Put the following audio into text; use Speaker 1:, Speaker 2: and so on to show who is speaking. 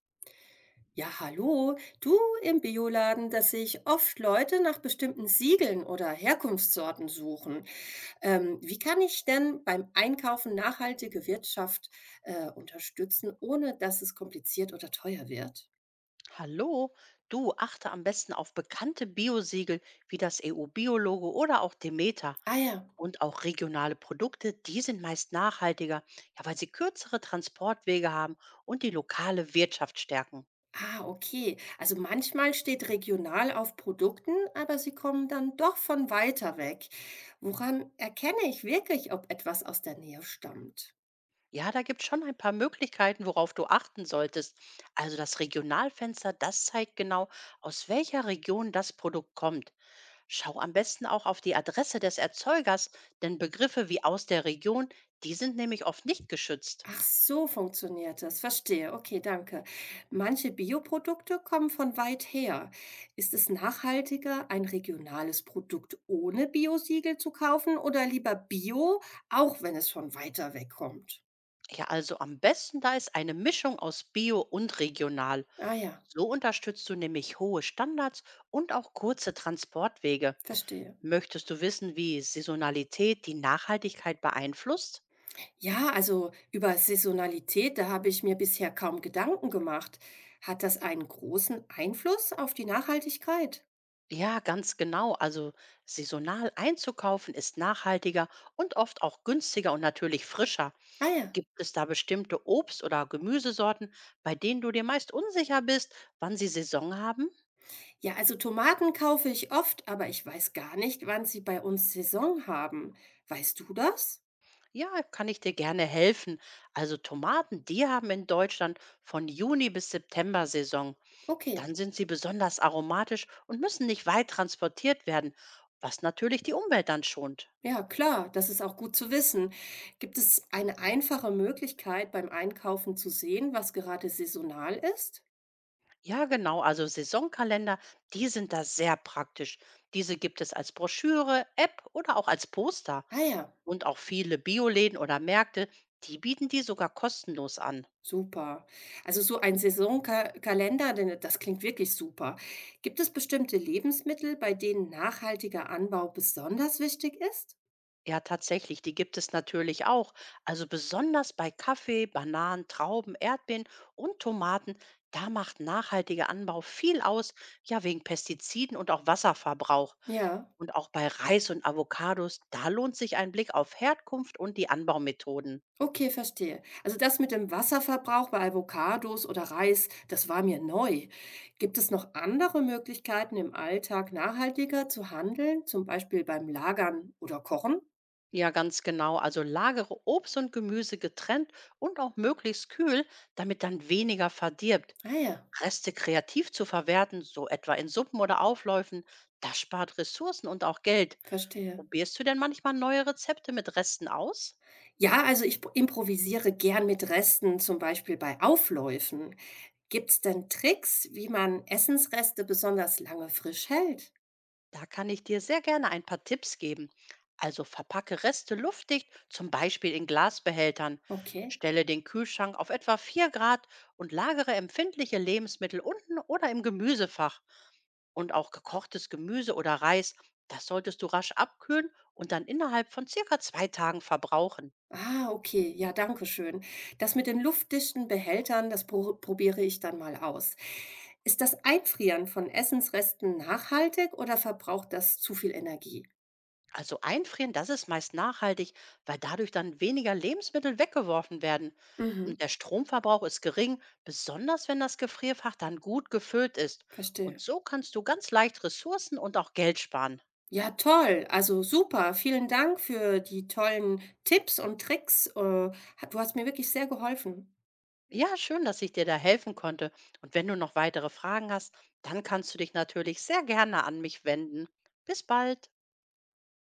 Speaker 1: Ja, hallo, du im Bioladen, dass sich oft Leute nach bestimmten Siegeln oder Herkunftssorten suchen. Wie kann ich denn beim Einkaufen nachhaltige Wirtschaft unterstützen, ohne dass es kompliziert oder teuer wird?
Speaker 2: Hallo, du achte am besten auf bekannte Biosiegel wie das EU-Biologo oder auch Demeter.
Speaker 1: Ah ja,
Speaker 2: Und auch regionale Produkte, die sind meist nachhaltiger, ja, weil sie kürzere Transportwege haben und die lokale Wirtschaft stärken.
Speaker 1: ah, okay. Also manchmal steht regional auf Produkten, aber sie kommen dann doch von weiter weg. Woran erkenne ich wirklich, ob etwas aus der Nähe stammt?
Speaker 2: Ja, da gibt es schon ein paar Möglichkeiten, worauf du achten solltest. Also das Regionalfenster, das zeigt genau, aus welcher Region das Produkt kommt. Schau am besten auch auf die Adresse des Erzeugers, denn Begriffe wie aus der Region, die sind nämlich oft nicht geschützt.
Speaker 1: Ach so, funktioniert das. Verstehe. Okay, danke. Manche Bioprodukte kommen von weit her. Ist es nachhaltiger, ein regionales Produkt ohne Biosiegel zu kaufen oder lieber Bio, auch wenn es von weiter weg kommt?
Speaker 2: Ja, also am besten da ist eine Mischung aus Bio und regional.
Speaker 1: Ah ja,
Speaker 2: So unterstützt du nämlich hohe Standards und auch kurze Transportwege.
Speaker 1: verstehe.
Speaker 2: Möchtest du wissen, wie Saisonalität die Nachhaltigkeit beeinflusst?
Speaker 1: Ja, also über Saisonalität, da habe ich mir bisher kaum Gedanken gemacht. Hat das einen großen Einfluss auf die Nachhaltigkeit?
Speaker 2: Ja, ganz genau. Also saisonal einzukaufen ist nachhaltiger und oft auch günstiger und natürlich frischer.
Speaker 1: Ah ja.
Speaker 2: Gibt es da bestimmte Obst- oder Gemüsesorten, bei denen du dir meist unsicher bist, wann sie Saison haben?
Speaker 1: Ja, also Tomaten kaufe ich oft, aber ich weiß gar nicht, wann sie bei uns Saison haben. Weißt du das?
Speaker 2: Ja, kann ich dir gerne helfen. Also Tomaten, die haben in Deutschland von Juni bis September Saison.
Speaker 1: Okay,
Speaker 2: Dann sind sie besonders aromatisch und müssen nicht weit transportiert werden, was natürlich die Umwelt dann schont.
Speaker 1: ja, klar, das ist auch gut zu wissen. Gibt es eine einfache Möglichkeit beim Einkaufen zu sehen, was gerade saisonal ist?
Speaker 2: Ja, genau, also Saisonkalender, die sind da sehr praktisch. Diese gibt es als Broschüre, App oder auch als Poster.
Speaker 1: Ah ja,
Speaker 2: Und auch viele Bioläden oder Märkte, die bieten die sogar kostenlos an.
Speaker 1: super. Also so ein Saisonkalender, denn das klingt wirklich super. Gibt es bestimmte Lebensmittel, bei denen nachhaltiger Anbau besonders wichtig ist?
Speaker 2: Ja, tatsächlich, die gibt es natürlich auch. Also besonders bei Kaffee, Bananen, Trauben, Erdbeeren und Tomaten, da macht nachhaltiger Anbau viel aus, ja wegen Pestiziden und auch Wasserverbrauch.
Speaker 1: Ja.
Speaker 2: Und auch bei Reis und Avocados, da lohnt sich ein Blick auf Herkunft und die Anbaumethoden.
Speaker 1: Okay, verstehe. Also das mit dem Wasserverbrauch bei Avocados oder Reis, das war mir neu. Gibt es noch andere Möglichkeiten im Alltag nachhaltiger zu handeln, zum Beispiel beim Lagern oder Kochen?
Speaker 2: Ja, ganz genau. Also lagere Obst und Gemüse getrennt und auch möglichst kühl, damit dann weniger verdirbt.
Speaker 1: Ah ja,
Speaker 2: Reste kreativ zu verwerten, so etwa in Suppen oder Aufläufen, das spart Ressourcen und auch Geld.
Speaker 1: verstehe.
Speaker 2: Probierst du denn manchmal neue Rezepte mit Resten aus?
Speaker 1: Ja, also ich improvisiere gern mit Resten, zum Beispiel bei Aufläufen. Gibt es denn Tricks, wie man Essensreste besonders lange frisch hält?
Speaker 2: Da kann ich dir sehr gerne ein paar Tipps geben. Also verpacke Reste luftdicht, zum Beispiel in Glasbehältern.
Speaker 1: Okay.
Speaker 2: Stelle den Kühlschrank auf etwa 4 Grad und lagere empfindliche Lebensmittel unten oder im Gemüsefach. Und auch gekochtes Gemüse oder Reis, das solltest du rasch abkühlen und dann innerhalb von circa 2 Tagen verbrauchen.
Speaker 1: Ah, okay. Ja, danke schön. Das mit den luftdichten Behältern, das probiere ich dann mal aus. Ist das Einfrieren von Essensresten nachhaltig oder verbraucht das zu viel Energie?
Speaker 2: Also einfrieren, das ist meist nachhaltig, weil dadurch dann weniger Lebensmittel weggeworfen werden.
Speaker 1: Mhm,
Speaker 2: Und der Stromverbrauch ist gering, besonders wenn das Gefrierfach dann gut gefüllt ist. Und
Speaker 1: verstehe.
Speaker 2: so kannst du ganz leicht Ressourcen und auch Geld sparen.
Speaker 1: Ja, toll. Also super. Vielen Dank für die tollen Tipps und Tricks. Du hast mir wirklich sehr geholfen.
Speaker 2: Ja, schön, dass ich dir da helfen konnte. Und wenn du noch weitere Fragen hast, dann kannst du dich natürlich sehr gerne an mich wenden. Bis bald.